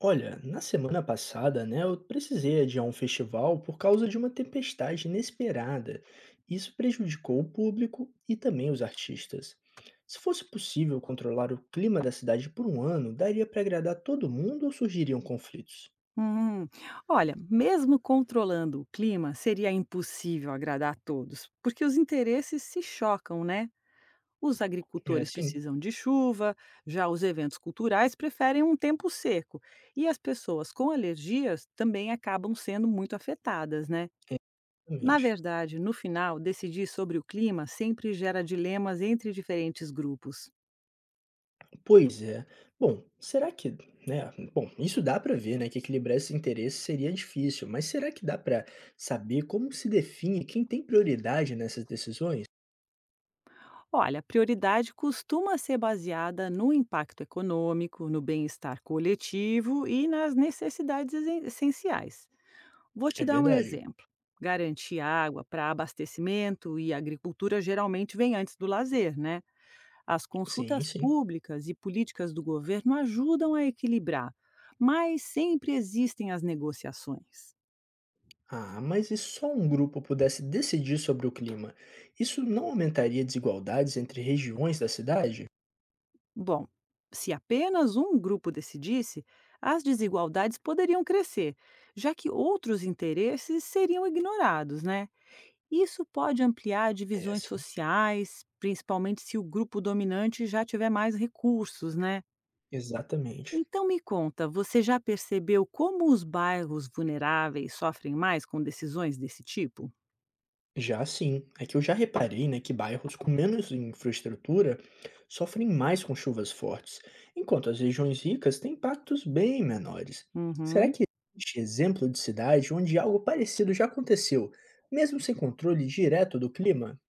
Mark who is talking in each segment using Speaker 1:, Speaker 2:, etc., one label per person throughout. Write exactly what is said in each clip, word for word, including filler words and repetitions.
Speaker 1: Olha, na semana passada, né, eu precisei adiar um festival por causa de uma tempestade inesperada. Isso prejudicou o público e também os artistas. Se fosse possível controlar o clima da cidade por um ano, daria para agradar todo mundo ou surgiriam conflitos?
Speaker 2: Hum. Olha, mesmo controlando o clima, seria impossível agradar a todos, porque os interesses se chocam, né? Os
Speaker 1: É,
Speaker 2: agricultores
Speaker 1: sim,
Speaker 2: precisam de chuva, já os eventos culturais preferem um tempo seco, e as pessoas com alergias também acabam sendo muito afetadas, né? Na
Speaker 1: realmente.
Speaker 2: verdade, no final, decidir sobre o clima sempre gera dilemas entre diferentes grupos.
Speaker 1: Pois é. Bom, será que, né? Bom, isso dá para ver, né, que equilibrar esse interesse seria difícil, mas será que dá para saber como se define quem tem prioridade nessas decisões?
Speaker 2: Olha, a prioridade costuma ser baseada no impacto econômico, no bem-estar coletivo e nas necessidades essen- essenciais. Vou te
Speaker 1: É
Speaker 2: dar um
Speaker 1: verdade.
Speaker 2: exemplo. Garantir água para abastecimento e agricultura geralmente vem antes do lazer, né? As
Speaker 1: Sim,
Speaker 2: consultas
Speaker 1: sim.
Speaker 2: públicas e políticas do governo ajudam a equilibrar, mas sempre existem as negociações.
Speaker 1: Ah, mas e se só um grupo pudesse decidir sobre o clima? Isso não aumentaria desigualdades entre regiões da cidade?
Speaker 2: Bom, se apenas um grupo decidisse, as desigualdades poderiam crescer, já que outros interesses seriam ignorados, né? Isso pode ampliar
Speaker 1: É,
Speaker 2: divisões
Speaker 1: sim,
Speaker 2: sociais, principalmente se o grupo dominante já tiver mais recursos, né?
Speaker 1: exatamente.
Speaker 2: Então me conta, você já percebeu como os bairros vulneráveis sofrem mais com decisões desse tipo?
Speaker 1: Já sim, é que eu já reparei, né, que bairros com menos infraestrutura sofrem mais com chuvas fortes, enquanto as regiões ricas têm impactos bem menores. Será
Speaker 2: Uhum.
Speaker 1: que existe exemplo de cidade onde algo parecido já aconteceu, mesmo sem controle direto do clima?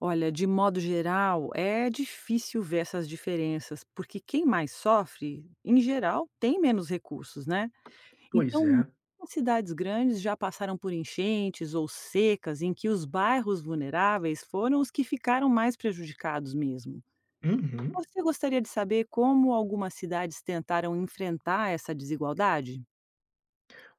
Speaker 2: Olha, de modo geral, é difícil ver essas diferenças, porque quem mais sofre, em geral, tem menos recursos, né?
Speaker 1: Pois
Speaker 2: Então,
Speaker 1: é.
Speaker 2: muitas cidades grandes já passaram por enchentes ou secas em que os bairros vulneráveis foram os que ficaram mais prejudicados mesmo.
Speaker 1: Uhum.
Speaker 2: Você gostaria de saber como algumas cidades tentaram enfrentar essa desigualdade?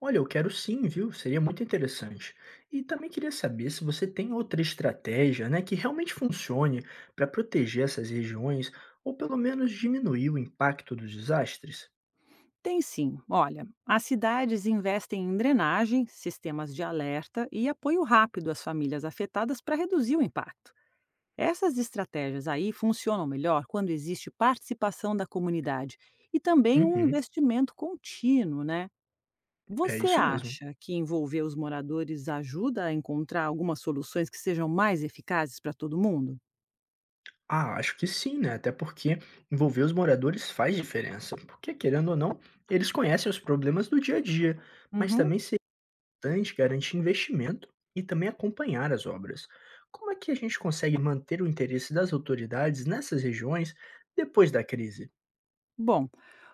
Speaker 1: Olha, eu quero sim, viu? Seria muito interessante. E também queria saber se você tem outra estratégia, né, que realmente funcione para proteger essas regiões ou pelo menos diminuir o impacto dos desastres?
Speaker 2: Tem sim. Olha, as cidades investem em drenagem, sistemas de alerta e apoio rápido às famílias afetadas para reduzir o impacto. Essas estratégias aí funcionam melhor quando existe participação da comunidade e também um
Speaker 1: Uhum,
Speaker 2: investimento contínuo, né?
Speaker 1: é
Speaker 2: Você
Speaker 1: isso mesmo.
Speaker 2: acha que envolver os moradores ajuda a encontrar algumas soluções que sejam mais eficazes para todo mundo?
Speaker 1: Ah, acho que sim, né? Até porque envolver os moradores faz diferença, porque querendo ou não, eles conhecem os problemas do dia a dia, mas
Speaker 2: Uhum.
Speaker 1: também importante garantir investimento e também acompanhar as obras. Como é que a gente consegue manter o interesse das autoridades nessas regiões depois da crise?
Speaker 2: Bom,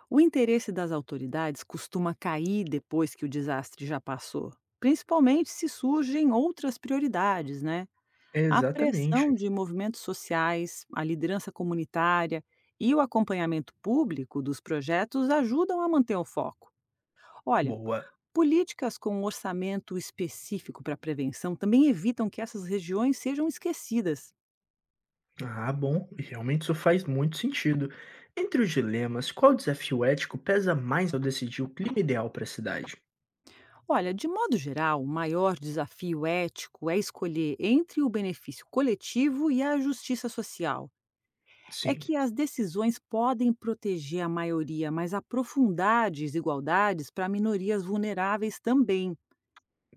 Speaker 2: o interesse das autoridades costuma cair depois que o desastre já passou, principalmente se surgem outras prioridades, né? A pressão
Speaker 1: Exatamente.
Speaker 2: de movimentos sociais, a liderança comunitária e o acompanhamento público dos projetos ajudam a manter o foco. Olha,
Speaker 1: Boa.
Speaker 2: políticas com um orçamento específico para prevenção também evitam que essas regiões sejam esquecidas.
Speaker 1: Ah, bom, e realmente isso faz muito sentido. Entre os dilemas, qual desafio ético pesa mais ao decidir o clima ideal para a cidade?
Speaker 2: Olha, de modo geral, o maior desafio ético é escolher entre o benefício coletivo e a justiça social. É que
Speaker 1: Sim,
Speaker 2: as decisões podem proteger a maioria, mas aprofundar desigualdades para minorias vulneráveis também.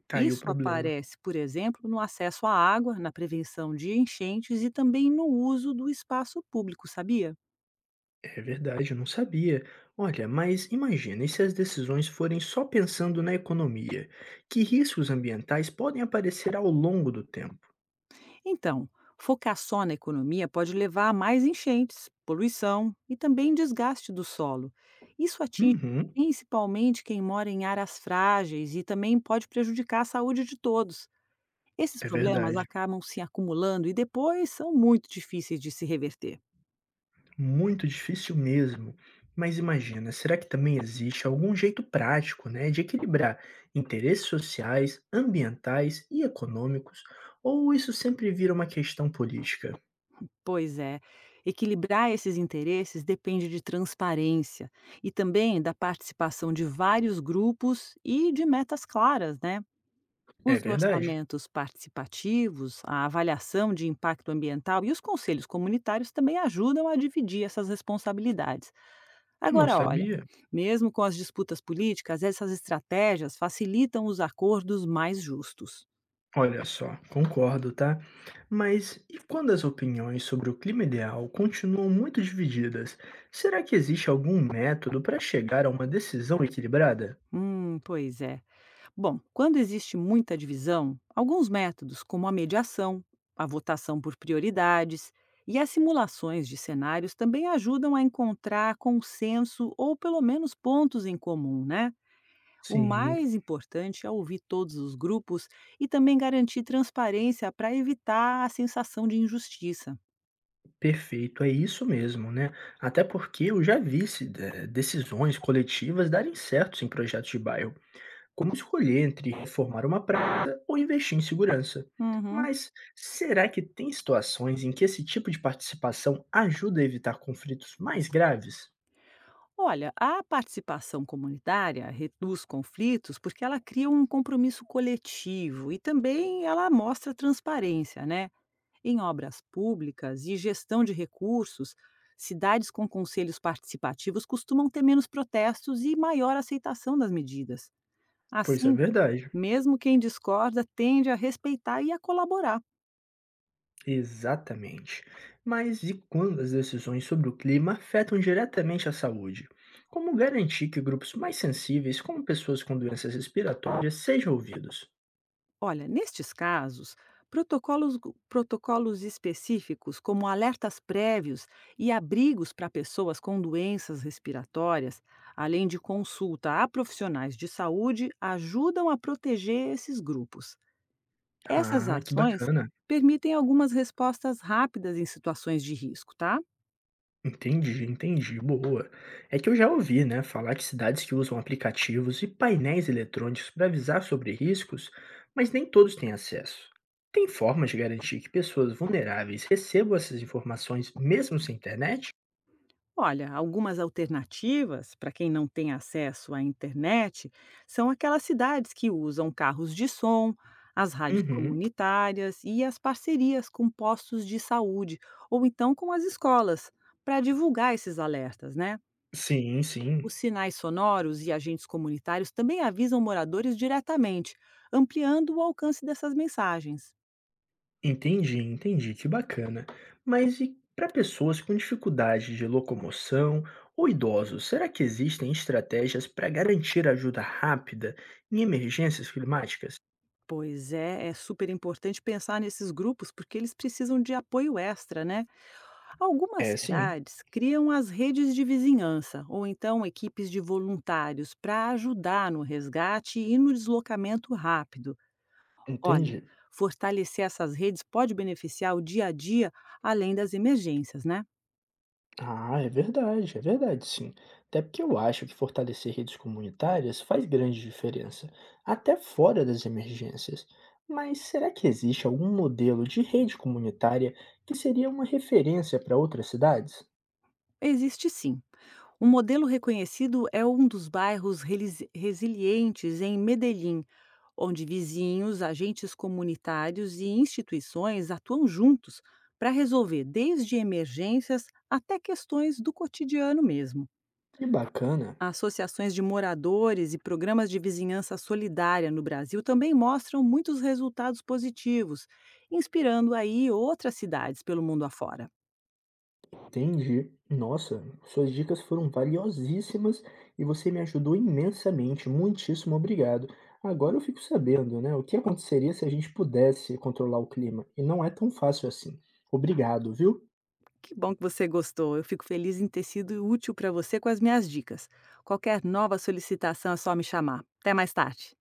Speaker 1: tá aí o
Speaker 2: Isso
Speaker 1: problema.
Speaker 2: aparece, por exemplo, no acesso à água, na prevenção de enchentes e também no uso do espaço público, sabia?
Speaker 1: É verdade, eu não sabia. Olha, mas imagina, e se as decisões forem só pensando na economia? Que riscos ambientais podem aparecer ao longo do tempo?
Speaker 2: Então, focar só na economia pode levar a mais enchentes, poluição e também desgaste do solo. Isso atinge
Speaker 1: Uhum,
Speaker 2: principalmente quem mora em áreas frágeis e também pode prejudicar a saúde de todos. Esses
Speaker 1: é
Speaker 2: problemas
Speaker 1: verdade.
Speaker 2: acabam se acumulando e depois são muito difíceis de se reverter.
Speaker 1: Muito difícil mesmo. Mas imagina, será que também existe algum jeito prático, né, de equilibrar interesses sociais, ambientais e econômicos? Ou isso sempre vira uma questão política?
Speaker 2: Pois é, equilibrar esses interesses depende de transparência e também da participação de vários grupos e de metas claras, né?
Speaker 1: É
Speaker 2: Os
Speaker 1: verdade,
Speaker 2: orçamentos participativos, a avaliação de impacto ambiental e os conselhos comunitários também ajudam a dividir essas responsabilidades.
Speaker 1: não
Speaker 2: Agora, olha,
Speaker 1: sabia.
Speaker 2: mesmo com as disputas políticas, essas estratégias facilitam os acordos mais justos.
Speaker 1: Olha só, concordo, tá? Mas e quando as opiniões sobre o clima ideal continuam muito divididas? Será que existe algum método para chegar a uma decisão equilibrada?
Speaker 2: Hum, pois é. Bom, quando existe muita divisão, alguns métodos, como a mediação, a votação por prioridades e as simulações de cenários, também ajudam a encontrar consenso ou pelo menos pontos em comum, né? O
Speaker 1: Sim,
Speaker 2: mais importante é ouvir todos os grupos e também garantir transparência para evitar a sensação de injustiça.
Speaker 1: perfeito, é isso mesmo, né? Até porque eu já vi se- de- decisões coletivas darem certos em projetos de bairro, como escolher entre reformar uma praça ou investir em segurança.
Speaker 2: Uhum.
Speaker 1: Mas será que tem situações em que esse tipo de participação ajuda a evitar conflitos mais graves?
Speaker 2: Olha, a participação comunitária reduz conflitos porque ela cria um compromisso coletivo e também ela mostra transparência, né? Em obras públicas e gestão de recursos, cidades com conselhos participativos costumam ter menos protestos e maior aceitação das medidas.
Speaker 1: Pois é
Speaker 2: Assim,
Speaker 1: verdade,
Speaker 2: mesmo quem discorda tende a respeitar e a colaborar.
Speaker 1: exatamente. Mas e quando as decisões sobre o clima afetam diretamente a saúde? Como garantir que grupos mais sensíveis, como pessoas com doenças respiratórias, sejam ouvidos?
Speaker 2: Olha, nestes casos, protocolos, protocolos específicos, como alertas prévios e abrigos para pessoas com doenças respiratórias, além de consulta a profissionais de saúde, ajudam a proteger esses grupos. Essas
Speaker 1: Ah, que
Speaker 2: ações
Speaker 1: bacana.
Speaker 2: permitem algumas respostas rápidas em situações de risco, tá?
Speaker 1: Entendi, entendi. Boa. É que eu já ouvi, né, falar de cidades que usam aplicativos e painéis eletrônicos para avisar sobre riscos, mas nem todos têm acesso. Tem formas de garantir que pessoas vulneráveis recebam essas informações mesmo sem internet?
Speaker 2: Olha, algumas alternativas para quem não tem acesso à internet são aquelas cidades que usam carros de som, as rádios
Speaker 1: Uhum.
Speaker 2: comunitárias e as parcerias com postos de saúde ou então com as escolas para divulgar esses alertas, né?
Speaker 1: Sim, sim.
Speaker 2: Os sinais sonoros e agentes comunitários também avisam moradores diretamente, ampliando o alcance dessas mensagens.
Speaker 1: Entendi, entendi, que bacana. Mas e para pessoas com dificuldade de locomoção ou idosos, será que existem estratégias para garantir ajuda rápida em emergências climáticas?
Speaker 2: Pois é, é super importante pensar nesses grupos porque eles precisam de apoio extra, né? Algumas
Speaker 1: É, sim,
Speaker 2: cidades criam as redes de vizinhança ou então equipes de voluntários para ajudar no resgate e no deslocamento rápido. Olha,
Speaker 1: entendi.
Speaker 2: fortalecer essas redes pode beneficiar o dia a dia, além das emergências, né?
Speaker 1: Ah, é verdade, é verdade, sim. Até porque eu acho que fortalecer redes comunitárias faz grande diferença, até fora das emergências. Mas será que existe algum modelo de rede comunitária que seria uma referência para outras cidades?
Speaker 2: Existe sim. Um modelo reconhecido é um dos bairros relis- resilientes em Medellín, onde vizinhos, agentes comunitários e instituições atuam juntos para resolver desde emergências até questões do cotidiano mesmo.
Speaker 1: Que bacana,
Speaker 2: Associações de moradores e programas de vizinhança solidária no Brasil também mostram muitos resultados positivos, inspirando aí outras cidades pelo mundo afora.
Speaker 1: entendi. Nossa, suas dicas foram valiosíssimas e você me ajudou imensamente. Muitíssimo obrigado. Agora eu fico sabendo, né, o que aconteceria se a gente pudesse controlar o clima, e não é tão fácil assim. Obrigado, viu?
Speaker 2: Que bom que você gostou. Eu fico feliz em ter sido útil para você com as minhas dicas. Qualquer nova solicitação é só me chamar. Até mais tarde.